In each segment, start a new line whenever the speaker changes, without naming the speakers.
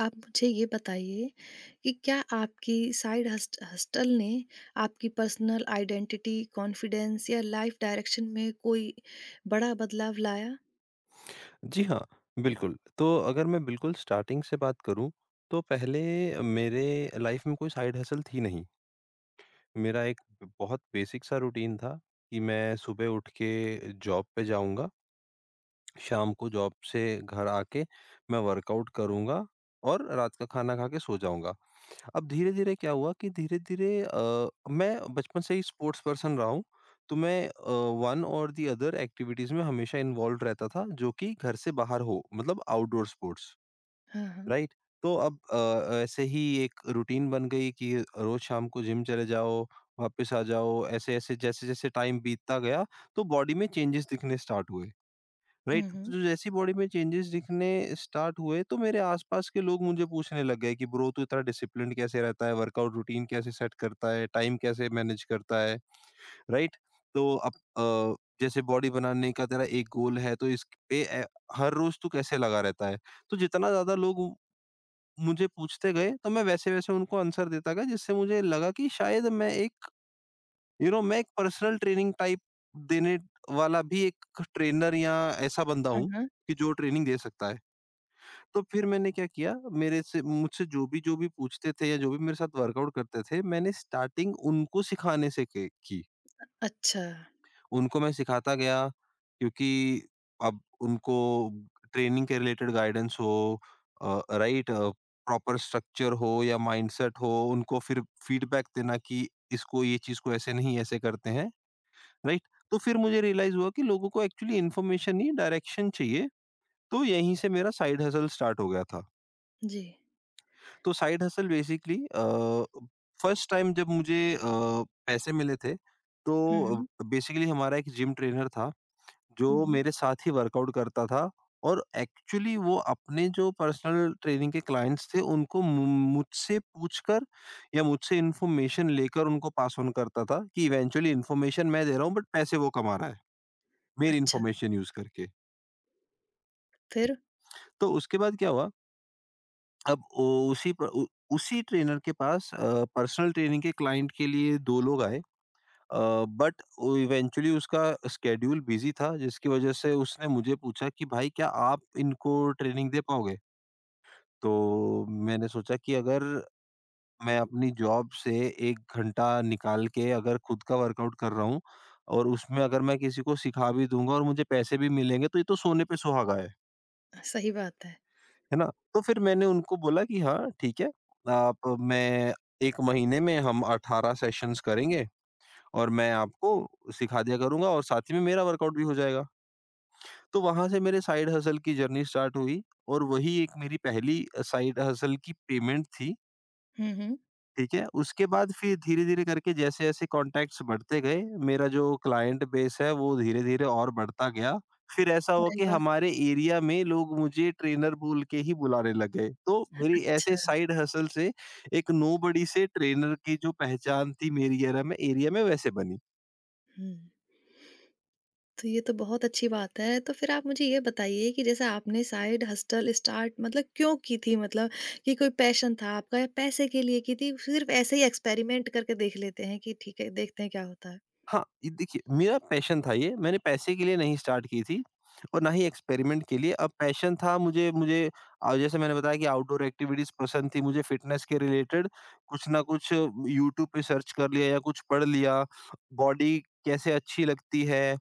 आप मुझे ये बताइए कि क्या आपकी साइड हस्ट हस्टल ने आपकी पर्सनल आइडेंटिटी, कॉन्फिडेंस या लाइफ डायरेक्शन में कोई बड़ा बदलाव लाया?
जी हाँ, बिल्कुल। तो अगर मैं बिल्कुल स्टार्टिंग से बात करूँ, तो पहले मेरे लाइफ़ में कोई साइड हसल थी नहीं। मेरा एक बहुत बेसिक सा रूटीन था कि मैं सुबह उठ के जॉब पे जाऊँगा, शाम को जॉब से घर आके मैं वर्कआउट करूँगा और रात का खाना खा के सो जाऊँगा। अब धीरे-धीरे क्या हुआ कि धीरे-धीरे मैं बचपन से ही स्पोर्ट्स पर्सन रहा हूँ, तो मैं वन और दी अदर एक्टिविटीज़ में हमेशा इन्वॉल्वड रहता था, जो कि घर से बाहर हो, मतलब आउटडोर स्पोर्ट्स,
हाँ, हाँ।
राइट? तो अब ऐसे ही एक रूटीन बन गई कि रोज़ शाम को जिम चले जाओ, वापस आ जाओ, ऐसे-ऐसे जैसे-जैसे टाइम बीतता गया, तो बॉडी में चेंजेस दिखने स्टार्ट हुए। राइट,
हुँ, हुँ।
तो जैसी बॉडी में चेंजेस दिखने स्टार्ट हुए तो मेरे आसपास के लोग मुझे पूछने लग गए कि ब्रो, तू इतना डिसिप्लिन कैसे रहता है, वर्कआउट रूटीन कैसे सेट करता है, टाइम कैसे मैनेज करता है, राइट? तो अब जैसे बॉडी बनाने का तेरा एक गोल है, तो इस पे हर रोज तू कैसे लगा रहता है। तो जितना ज्यादा लोग मुझे पूछते गए तो मैं वैसे वैसे उनको आंसर देता गया, जिससे मुझे लगा कि शायद मैं एक, यू नो, मैं एक पर्सनल ट्रेनिंग टाइप देने वाला भी एक ट्रेनर या ऐसा बंदा
हाँ,
हूँ
हाँ।
कि जो ट्रेनिंग दे सकता है। तो फिर मैंने क्या किया, मेरे से मुझसे जो भी पूछते थे या जो भी मेरे साथ वर्कआउट करते थे, मैंने स्टार्टिंग उनको सिखाने की
अच्छा।
उनको मैं सिखाता गया, क्योंकि अब उनको ट्रेनिंग के रिलेटेड गाइडेंस हो, राइट, प्रॉपर स्ट्रक्चर हो या माइंडसेट हो, उनको फिर फीडबैक देना कि इसको ये चीज को ऐसे नहीं ऐसे करते हैं, राइट। तो फिर मुझे रियलाइज हुआ कि लोगों को एक्चुअली इन्फॉर्मेशन ही डायरेक्शन चाहिए। तो यहीं से मेरा साइड हसल स्टार्ट हो गया था।
जी।
तो side hustle basically first time जब मुझे पैसे मिले थे,
हुँ,
तो
हुँ।
बेसिकली हमारा एक जिम ट्रेनर था
हुँ,
जो
हुँ।
मेरे साथ ही वर्कआउट करता था, और एक्चुअली वो अपने जो पर्सनल ट्रेनिंग के क्लाइंट्स थे उनको मुझसे पूछकर या मुझसे इन्फॉर्मेशन लेकर उनको पास ऑन करता था कि इवेंचुअली इन्फॉर्मेशन मैं दे रहा हूँ बट पैसे वो कमा रहा है मेरी
अच्छा,
इन्फॉर्मेशन यूज़ करके।
फिर?
तो उसके बाद क्या हुआ, अब ओ उसी प उ उसी ट्रेनर के पास पर्सनल ट्रेनिंग के क्लाइंट के लिए 2 लोग आए। अ, बट वो इवेंचुअली उसका शेड्यूल बिज़ी था, जिसकी वज़ह से उसने मुझे पूछा कि भाई, क्या आप इनको ट्रेनिंग दे पाओगे? तो मैंने सोचा कि अगर मैं अपनी जॉब से 1 घंटा निकाल के अगर खुद का वर्कआउट कर रहा हूँ और उसमें अगर मैं किसी को सिखा भी दूँगा और मुझे पैसे भी मिलेंगे, तो ये तो सोने पे सुहागा है।
सही बात है।
है ना? तो फिर मैंने उनको बोला कि हाँ, ठीक है। आप मैं 1 महीने में हम 18 सेशंस करेंगे और मैं आपको सिखा दिया करूँगा और साथ ही में मेरा वर्कआउट भी हो जाएगा। तो वहाँ से मेरे साइड हसल की जर्नी स्टार्ट हुई और वही एक मेरी पहली साइड हसल की पेमेंट थी।
हुँ, हुँ।
ठीक है? उसके बाद फिर धीरे-धीरे करके जैसे-जैसे कॉन्टैक्ट्स बढ़ते गए, मेरा जो क्लाइंट बेस है वो धीरे-धीरे और बढ़ता गया। फिर ऐसा हुआ
अरे
कि
वाह!
हमारे एरिया में लोग मुझे ट्रेनर बोल के ही बुलाने लग गए। तो मेरी ऐसे
अच्छा।
साइड हसल से एक नोबडी से ट्रेनर की जो पहचान थी मेरी एरा में एरिया में वैसे बनी।
हुँ। तो ये तो बहुत अच्छी बात है। तो फिर आप मुझे ये बताइए कि जैसे आपने साइड हस्टल स्टार्ट मतलब क्यों की थी? मतलब कि कोई पैशन था आपका या पैसे के लिए की थी? सिर्फ़ ऐसे ही एक्सपेरिमेंट करके देख लेते हैं कि ठीक है, देखते हैं क्या होता है।
हाँ, ये देखिए मेरा पैशन था ये, मैंने पैसे के लिए नहीं स्टार्ट की थी और ना ही एक्सपेरिमेंट के लिए। अब पैशन था, मुझे मुझे जैसे मैंने बताया कि आउटडोर एक्टिविटीज़ पसंद थी, मुझे फ़िटनेस के रिलेटेड कुछ ना कुछ यूट्यूब पे सर्च कर लिया या कुछ पढ़ लिया, बॉडी कैसे अच्छी लगती है,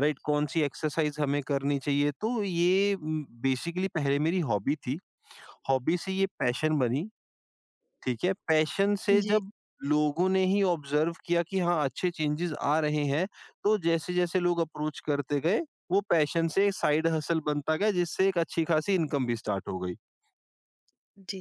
राइट? कौन-सी एक्सरसाइज़ हमें करनी चाहिए। तो ये बेसिकली पहले मेरी हॉबी थी, हॉबी से ये पैशन बनी। ठीक है, पैशन से
जी।
जब लोगों ने ही ऑब्जर्व किया कि हाँ, अच्छे चेंजेस आ रहे हैं, तो जैसे-जैसे लोग अप्रोच करते गए, वो पैशन से एक साइड हसल बनता गया, जिससे एक अच्छी खासी इनकम भी स्टार्ट हो गई।
जी।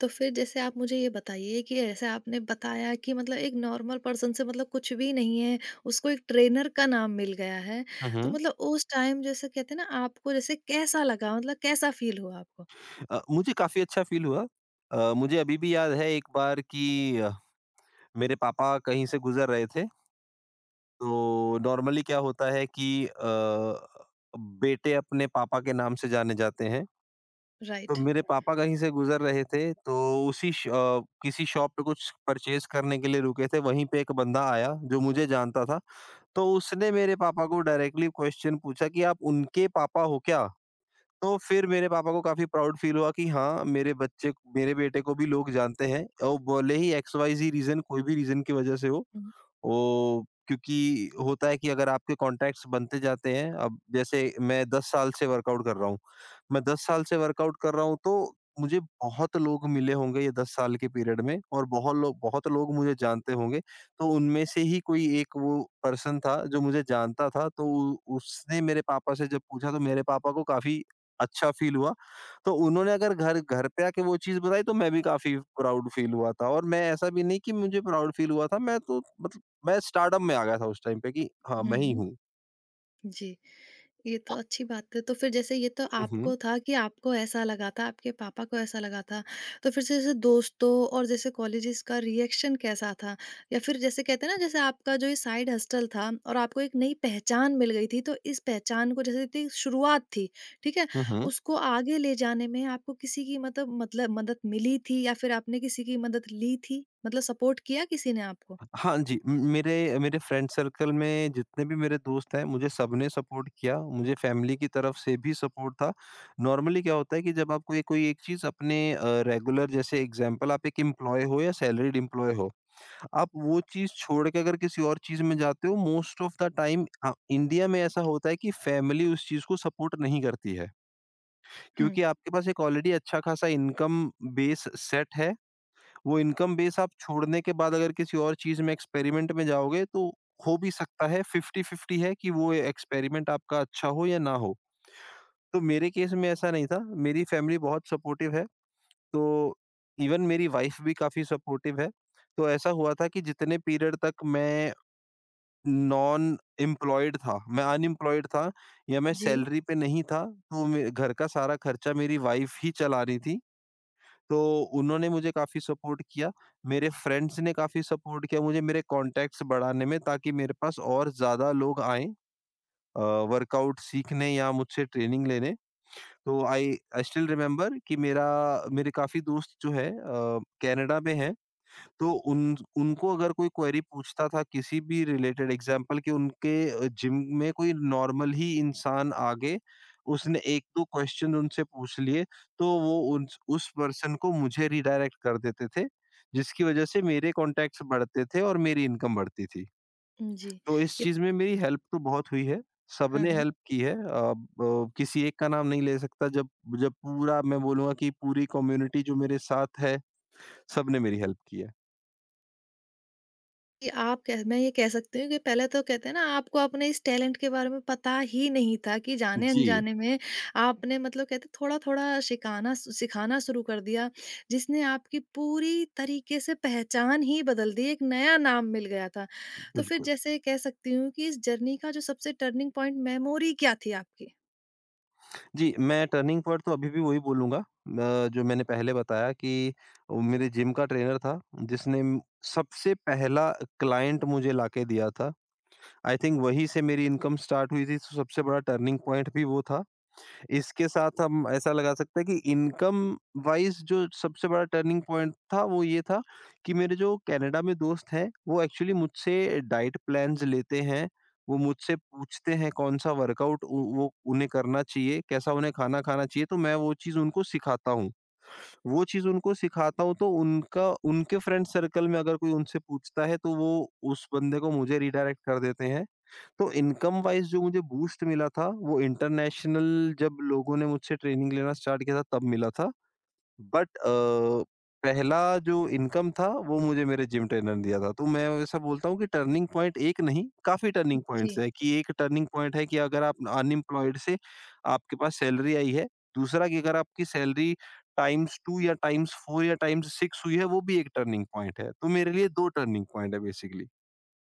तो फिर जैसे आप मुझे ये बताइए कि जैसे आपने बताया कि मतलब एक नॉर्मल पर्सन से मतलब कुछ भी नहीं है, उसको एक ट्रेनर का नाम मिल गया है।
हुँ,
तो
हुँ।
मतलब उस टाइम जैसे कहते हैं ना आपको जैसे कैसा लगा? मतलब कैसा फ़ील हुआ आपको?
मुझे काफ़ी अच्छा फ़ील हुआ। मुझे अभी भी याद है एक बार कि मेरे पापा कहीं से गुज़र रहे थे, तो नॉर्मली क्या होता है कि बेटे अपने पापा के नाम से जाने जाते हैं। तो
राइट।
मेरे पापा कहीं से गुज़र रहे थे, तो किसी शॉप पे कुछ परचेज़ करने के लिए रुके थे, वहीं पे एक बंदा आया जो मुझे जानता था, तो उसने मेरे पापा को डायरेक्टली क्वेश्चन पूछा कि आप उनके पापा हो क्या? तो फिर मेरे पापा को काफ़ी प्राउड फ़ील हुआ कि हाँ, मेरे बच्चे, मेरे बेटे को भी लोग जानते हैं, और भले ही एक्स-वाई-ज़ेड रीज़न, कोई भी रीज़न की वज़ह से हो,
हुँ,
वो क्योंकि होता है कि अगर आपके कॉन्टैक्ट्स बनते जाते हैं, अब जैसे मैं 10 साल से वर्कआउट कर रहा हूँ। मैं 10 साल से वर्कआउट कर रहा हूँ, तो मुझे बहुत लोग मिले होंगे ये 10 साल के पीरियड में, और बहुत लोग मुझे जानते होंगे। तो उनमें से ही कोई एक वो पर्सन था जो मुझे जानता था, तो उसने मेरे पापा से जब पूछा तो मेरे पापा को काफ़ी अच्छा फ़ील हुआ। तो उन्होंने अगर घर घर पे आके वो चीज़ बताई, तो मैं भी काफ़ी प्राउड फ़ील हुआ था, और मैं ऐसा भी नहीं कि मुझे प्राउड फ़ील हुआ था, मैं तो मतलब मैं स्टारडम में आ गया था उस टाइम पे कि हाँ,
हुँ,
मैं ही
हुँ।
हूँ।
जी। ये तो अच्छी बात है। तो फिर जैसे ये तो
हुँ, हुँ।
आपको था कि आपको ऐसा लगा था, आपके पापा को ऐसा लगा था। तो फिर से जैसे दोस्तों और जैसे कॉलेजेस का रिएक्शन कैसा था? या फिर जैसे कहते हैं ना जैसे आपका जो ये साइड हस्टल था और आपको एक नई पहचान मिल गई थी, तो इस पहचान को जैसे थी शुरुआत थी, ठीक है?
हुँ, हुँ।
उसको आगे ले जाने में आपको किसी की मतलब मदद मिली थी या फिर आपने किसी की मदद ली थी? मतलब सपोर्ट किया किसी ने आपको?
हाँ जी, म मेरे मेरे फ्रेंड सर्कल में जितने भी मेरे दोस्त हैं, मुझे सबने सपोर्ट किया, मुझे फैमिली की तरफ से भी सपोर्ट था। नॉर्मली क्या होता है कि जब आपको ये कोई एक चीज़ अपने रेगुलर, जैसे एग्ज़ाम्पल, आप एक एम्प्लॉयी हो या सैलरीड एम्प्लॉयी हो, आप वो चीज़ छोड़ के अगर किसी और चीज़ में जाते हो, most of the time India में ऐसा होता है कि फैमिली उस चीज़ को सपोर्ट नहीं करती है।
हुँ।
क्योंकि आपके पास एक ऑलरेडी अच्छा-खासा इनकम बेस सेट है, वो इनकम बेस आप छोड़ने के बाद अगर किसी और चीज़ में एक्सपेरिमेंट में जाओगे, तो हो भी सकता है 50-50 है कि वो एक्सपेरिमेंट आपका अच्छा हो या ना हो। तो मेरे केस में ऐसा नहीं था, मेरी फैमिली बहुत सपोर्टिव है, तो इवन मेरी वाइफ भी काफ़ी सपोर्टिव है। तो ऐसा हुआ था कि जितने पीरियड तक मैं नॉन एम्प्लॉयड था, मैं अनएम्प्लॉयड था, या मैं
जी।
सैलरी पे नहीं था, तो मे घर का सारा खर्चा मेरी वाइफ ही चला रही थी। तो उन्होंने मुझे काफ़ी सपोर्ट किया। मेरे फ्रेंड्स ने काफ़ी सपोर्ट किया, मुझे मेरे कॉन्टैक्ट्स बढ़ाने में, ताकि मेरे पास और ज़्यादा लोग आएँ अ, वर्कआउट सीखने या मुझसे ट्रेनिंग लेने। तो आई आई स्टिल रिमेंबर कि मेरा मेरे काफ़ी दोस्त जो है कनाडा में हैं। तो उन उनको अगर कोई क्वेरी पूछता था किसी भी रिलेटेड, एग्जाम्पल कि उनके जिम में कोई नॉर्मल ही इंसान आगे उसने 1-2 क्वेश्चन उनसे पूछ लिए, तो वो उन उस पर्सन को मुझे रिडायरेक्ट कर देते थे, जिसकी वजह से मेरे कॉन्टैक्ट्स बढ़ते थे और मेरी इनकम बढ़ती थी।
जी।
तो इस
ये तो
चीज़ में मेरी हेल्प तो बहुत हुई है,
हाँ,
सबने
हाँ।
हेल्प की है। अब, अ, ब किसी एक का नाम नहीं ले सकता जब जब पूरा मैं बोलूँगा कि पूरी कम्युनिटी जो मेरे साथ है, सबने मेरी हेल्प की है।
कि आप कह मैं ये कह सकती हूँ कि पहले तो कहते हैं ना आपको अपने इस टैलेंट के बारे में पता ही नहीं था कि
जी।
जाने-अनजाने में आपने मतलब कहते हैं थोड़ा-थोड़ा सिखाना सिखाना शुरू कर दिया, जिसने आपकी पूरी तरीके से पहचान ही बदल दी, एक नया नाम मिल गया था। तो फिर
बिल्कुल।
जैसे कह सकती हूँ कि इस जर्नी का जो सबसे टर्निंग पॉइंट मेमोरी क्या थी आपकी?
जी, मैं टर्निंग पॉइंट तो अभी भी वही बोलूँगा, जो मैंने पहले बताया कि वो मेरे जिम का ट्रेनर था, जिसने म सबसे पहला क्लाइंट मुझे लाके दिया था। आई थिंक वहीं से मेरी इनकम स्टार्ट हुई थी, तो सबसे बड़ा टर्निंग पॉइंट भी वो था। इसके साथ हम ऐसा लगा सकते हैं कि इनकम वाइज़ जो सबसे बड़ा टर्निंग पॉइंट था, वो ये था कि मेरे जो कनाडा में दोस्त हैं, वो एक्चुअली मुझसे डाइट प्लान्स लेते हैं। वो मुझसे पूछते हैं कौन-सा वर्कआउट उ वो उन्हें करना चाहिए, कैसा उन्हें खाना खाना चाहिए, तो मैं वो चीज़ उनको सिखाता हूँ। वो चीज़ उनको सिखाता हूँ, तो उनका उनके फ्रेंड सर्कल में अगर कोई उनसे पूछता है, तो वो उस बंदे को मुझे रिडायरेक्ट कर देते हैं। तो इनकम वाइज़ जो मुझे बूस्ट मिला था, वो इंटरनेशनल जब लोगों ने मुझसे ट्रेनिंग लेना स्टार्ट किया था तब मिला था। बट पहला जो इनकम था वो मुझे मेरे जिम ट्रेनर ने दिया था। तो मैं ऐसा बोलता हूँ कि टर्निंग पॉइंट एक नहीं, काफ़ी टर्निंग पॉइंट्स
जी।
हैं कि एक टर्निंग पॉइंट है कि अगर आप अनएम्प्लॉयड से आपके पास सैलरी आई है। दूसरा कि अगर आपकी सैलरी टाइम्स 2 या टाइम्स 4 या टाइम्स 6 हुई है, वो भी एक टर्निंग पॉइंट है। तो मेरे लिए 2 टर्निंग पॉइंट है बेसिकली।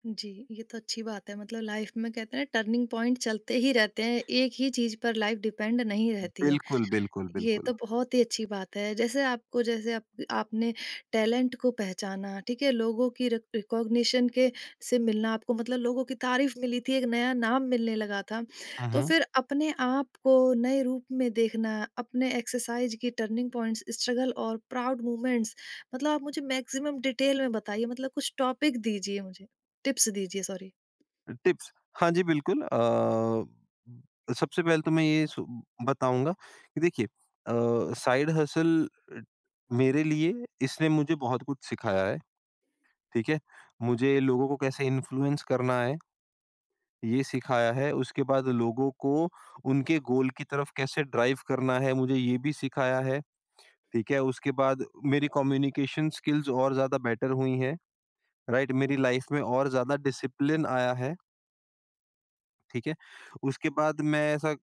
जी, ये तो अच्छी बात है मतलब लाइफ में कहते हैं ना टर्निंग पॉइंट चलते ही रहते हैं, एक ही चीज़ पर लाइफ डिपेंड नहीं रहती है।
बिल्कुल, बिल्कुल,
ये
बिल्कुल।
तो बहुत ही अच्छी बात है। जैसे आपको जैसे आप आपने टैलेंट को पहचाना, ठीक है? लोगों की रिकॉग्निशन के से मिलना आपको मतलब लोगों की तारीफ़ मिली थी, एक नया नाम मिलने लगा था।
हुँ,
तो
हुँ।
फिर अपने आप को नए रूप में देखना, अपने एक्सरसाइज की टर्निंग पॉइंट्स, स्ट्रगल और प्राउड मोमेंट्स मतलब आप मुझे मैक्सिमम डिटेल में बताइए मतलब कुछ टॉपिक दीजिए मुझे टिप्स दीजिए सॉरी।
टिप्स, हाँ जी, बिल्कुल, सबसे पहले तो मैं ये सु बताऊँगा कि देखिए साइड हसल मेरे लिए इसने मुझे बहुत कुछ सिखाया है, ठीक है? मुझे लोगों को कैसे इन्फ्लुएंस करना है, ये सिखाया है। उसके बाद लोगों को उनके गोल की तरफ कैसे ड्राइव करना है, मुझे ये भी सिखाया है, ठीक है? उसके बाद मेरी कम्युनिकेशन स्किल्स और ज़्यादा बेटर हुई हैं, राइट? मेरी लाइफ में और ज़्यादा डिसिप्लिन आया है। ठीक है? उसके बाद मैं ऐसा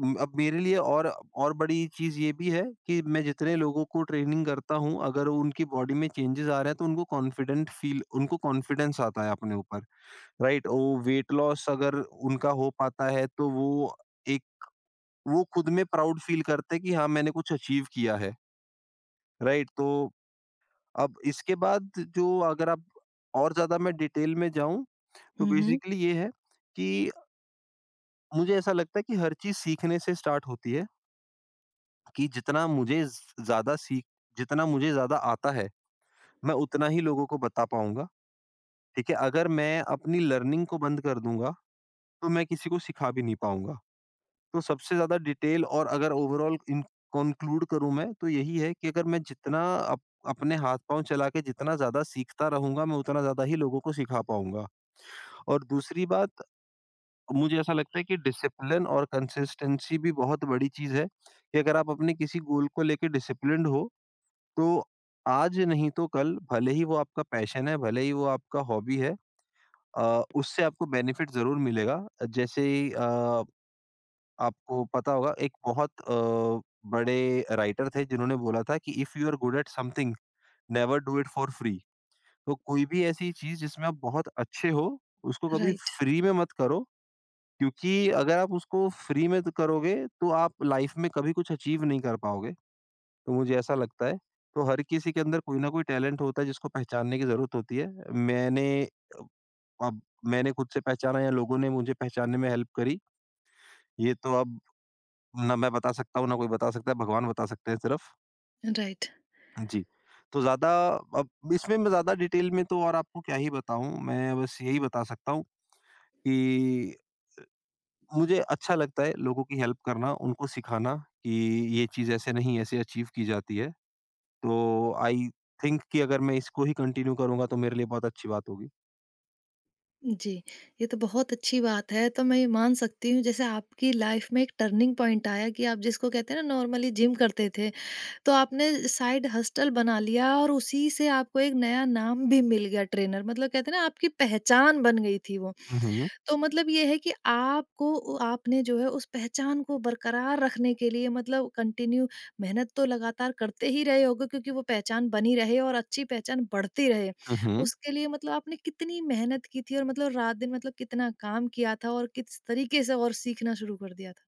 उम, अब मेरे लिए और बड़ी चीज़ ये भी है कि मैं जितने लोगों को ट्रेनिंग करता हूँ, अगर उनकी बॉडी में चेंजेस आ रहे हैं, तो उनको कॉन्फिडेंट फ़ील उनको कॉन्फिडेंस आता है अपने ऊपर, राइट? वो वेट लॉस अगर उनका हो पाता है, तो एक वो खुद में प्राउड फ़ील करते हैं कि हाँ, मैंने कुछ अचीव किया है, राइट? तो अब इसके बाद जो अगर आप और ज़्यादा मैं डिटेल में जाऊँ, तो
हुँ, हुँ।
बेसिकली ये है कि मुझे ऐसा लगता है कि हर चीज़ सीखने से स्टार्ट होती है कि ज़्यादा सीख जितना मुझे ज़्यादा आता है, मैं उतना ही लोगों को बता पाऊँगा, ठीक है? अगर मैं अपनी लर्निंग को बंद कर दूँगा, तो मैं किसी को सिखा भी नहीं पाऊँगा। तो सबसे ज़्यादा डिटेल और अगर ओवरऑल इन कॉन्क्लूड करूँ मैं, तो यही है कि अगर मैं जितना अप अपने हाथ-पाँव चला के जितना ज़्यादा सीखता रहूँगा, मैं उतना ज़्यादा ही लोगों को सिखा पाऊँगा। और दूसरी बात, मुझे ऐसा लगता है कि डिसिप्लिन और कंसिस्टेंसी भी बहुत बड़ी चीज़ है, कि अगर आप अपने किसी गोल को लेके डिसिप्लिन्ड हो, तो आज नहीं तो कल भले ही वो आपका पैशन है, भले ही वो आपका हॉबी है, उससे आपको बेनिफिट ज़रूर मिलेगा। जैसे ही आपको पता होगा, एक बहुत बड़े राइटर थे जिन्होंने बोला था कि if you are good at something, never do it for free. तो कोई भी ऐसी चीज़ जिसमें आप बहुत अच्छे हो, उसको कभी
राइट,
फ्री में मत करो, क्योंकि अगर आप उसको फ्री में करोगे तो आप लाइफ में कभी कुछ अचीव नहीं कर पाओगे, तो मुझे ऐसा लगता है। तो हर किसी के अंदर कोई न कोई टैलेंट होता है जिसको पहचानने की ज़रूरत होती है। मैंने अ, अब मैंने खुद से पहचाना या लोगों ने मुझे पहचानने में हेल्प करी, ये तो अब ना मैं बता सकता हूँ, ना कोई बता सकता है, भगवान बता सकते हैं सिर्फ।
राइट।
जी, तो ज़्यादा अब इसमें मैं ज़्यादा डिटेल में तो और आपको क्या ही बताऊँ, मैं बस यही बता सकता हूँ कि मुझे अच्छा लगता है लोगों की हेल्प करना, उनको सिखाना कि ये चीज़ ऐसे नहीं, ऐसे अचीव की जाती है। तो आई थिंक कि अगर मैं इसको ही कंटिन्यू करूँगा तो मेरे लिए बहुत अच्छी बात होगी।
जी, ये तो बहुत अच्छी बात है, तो मैं ये मान सकती हूँ जैसे आपकी लाइफ़ में एक टर्निंग पॉइंट आया कि आप जिसको कहते हैं ना नॉर्मली जिम करते थे, तो आपने साइड हसल बना लिया और उसी से आपको एक नया नाम भी मिल गया ट्रेनर मतलब कहते हैं ना आपकी पहचान बन गई थी वो।
हुँ, हुँ।
तो मतलब ये है कि आपको उ आपने जो है उस पहचान को बरकरार रखने के लिए मतलब कंटिन्यू मेहनत तो लगातार करते ही रहे होगे क्योंकि वो पहचान बनी रहे और अच्छी पहचान बढ़ती रहे।
हुँ, हुँ।
उसके लिए मतलब आपने कितनी मेहनत की थी और मतलब रात-दिन मतलब कितना काम किया था और किस तरीके से और सीखना शुरू कर दिया था?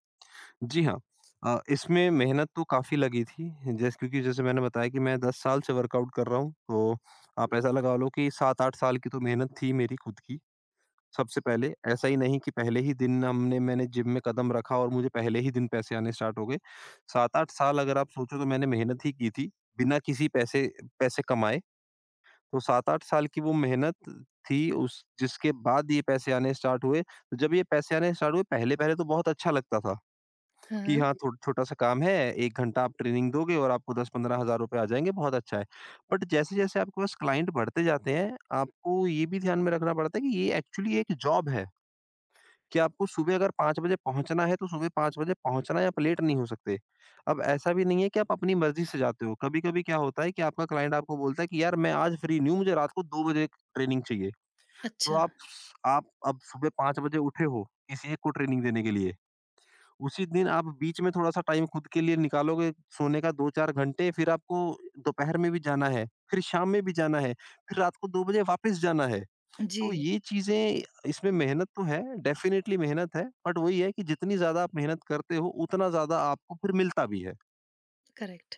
जी हाँ। इसमें मेहनत तो काफ़ी लगी थी, जैसे क्योंकि जैसे मैंने बताया कि मैं 10 साल से वर्कआउट कर रहा हूँ, तो आप ऐसा लगा लो कि 7-8 साल की तो मेहनत थी मेरी खुद की। सबसे पहले ऐसा ही नहीं कि पहले ही दिन हमने मैंने जिम में कदम रखा और मुझे पहले ही दिन पैसे आने स्टार्ट हो गए। 7-8 साल अगर आप सोचो तो मैंने मेहनत ही की थी, बिना किसी पैसे पैसे कमाए। तो 7-8 साल की वो मेहनत थी, उस जिसके बाद ये पैसे आने स्टार्ट हुए। तो जब ये पैसे आने स्टार्ट हुए, पहले-पहले तो बहुत अच्छा लगता था
हाँ,
कि
हाँ।
हाँ, थो छोटा-सा काम है, 1 घंटा आप ट्रेनिंग दोगे और आपको 10-15 हज़ार रुपए आ जाएँगे, बहुत अच्छा है। बट जैसे-जैसे आपके पास क्लाइंट बढ़ते जाते हैं, आपको ये भी ध्यान में रखना पड़ता है कि ये एक्चुअली एक जॉब है। कि आपको सुबह अगर 5 बजे पहुँचना है, तो सुबह 5 बजे पहुँचना है, आप लेट नहीं हो सकते। अब ऐसा भी नहीं है कि आप अपनी मर्ज़ी से जाते हो, कभी-कभी क्या होता है कि आपका क्लाइंट आपको बोलता है कि यार मैं आज फ्री नहीं हूँ, मुझे रात को 2 बजे ट्रेनिंग चाहिए। तो
अच्छा।
आप अब सुबह 5 बजे उठे हो, किसी एक को ट्रेनिंग देने के लिए, उसी दिन आप बीच में थोड़ा-सा टाइम खुद के लिए निकालोगे, सोने का 2-4 घंटे, फिर आपको दोपहर में भी जाना है, फिर शाम में भी जाना है, फिर रात को 2 बजे वापस जाना है।
जी,
तो ये चीज़ें, इसमें मेहनत तो है, डेफ़िनेटली मेहनत है, बट वही है कि जितनी ज़्यादा आप मेहनत करते हो, उतना ज़्यादा आपको फिर मिलता भी है।
करेक्ट।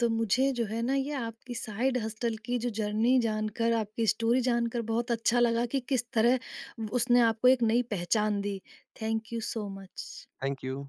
तो मुझे जो है ना ये आपकी साइड हस्टल की जो जर्नी जानकर, आपकी स्टोरी जानकर बहुत अच्छा लगा कि किस तरह उसने आपको एक नई पहचान दी। Thank you so much.
Thank you.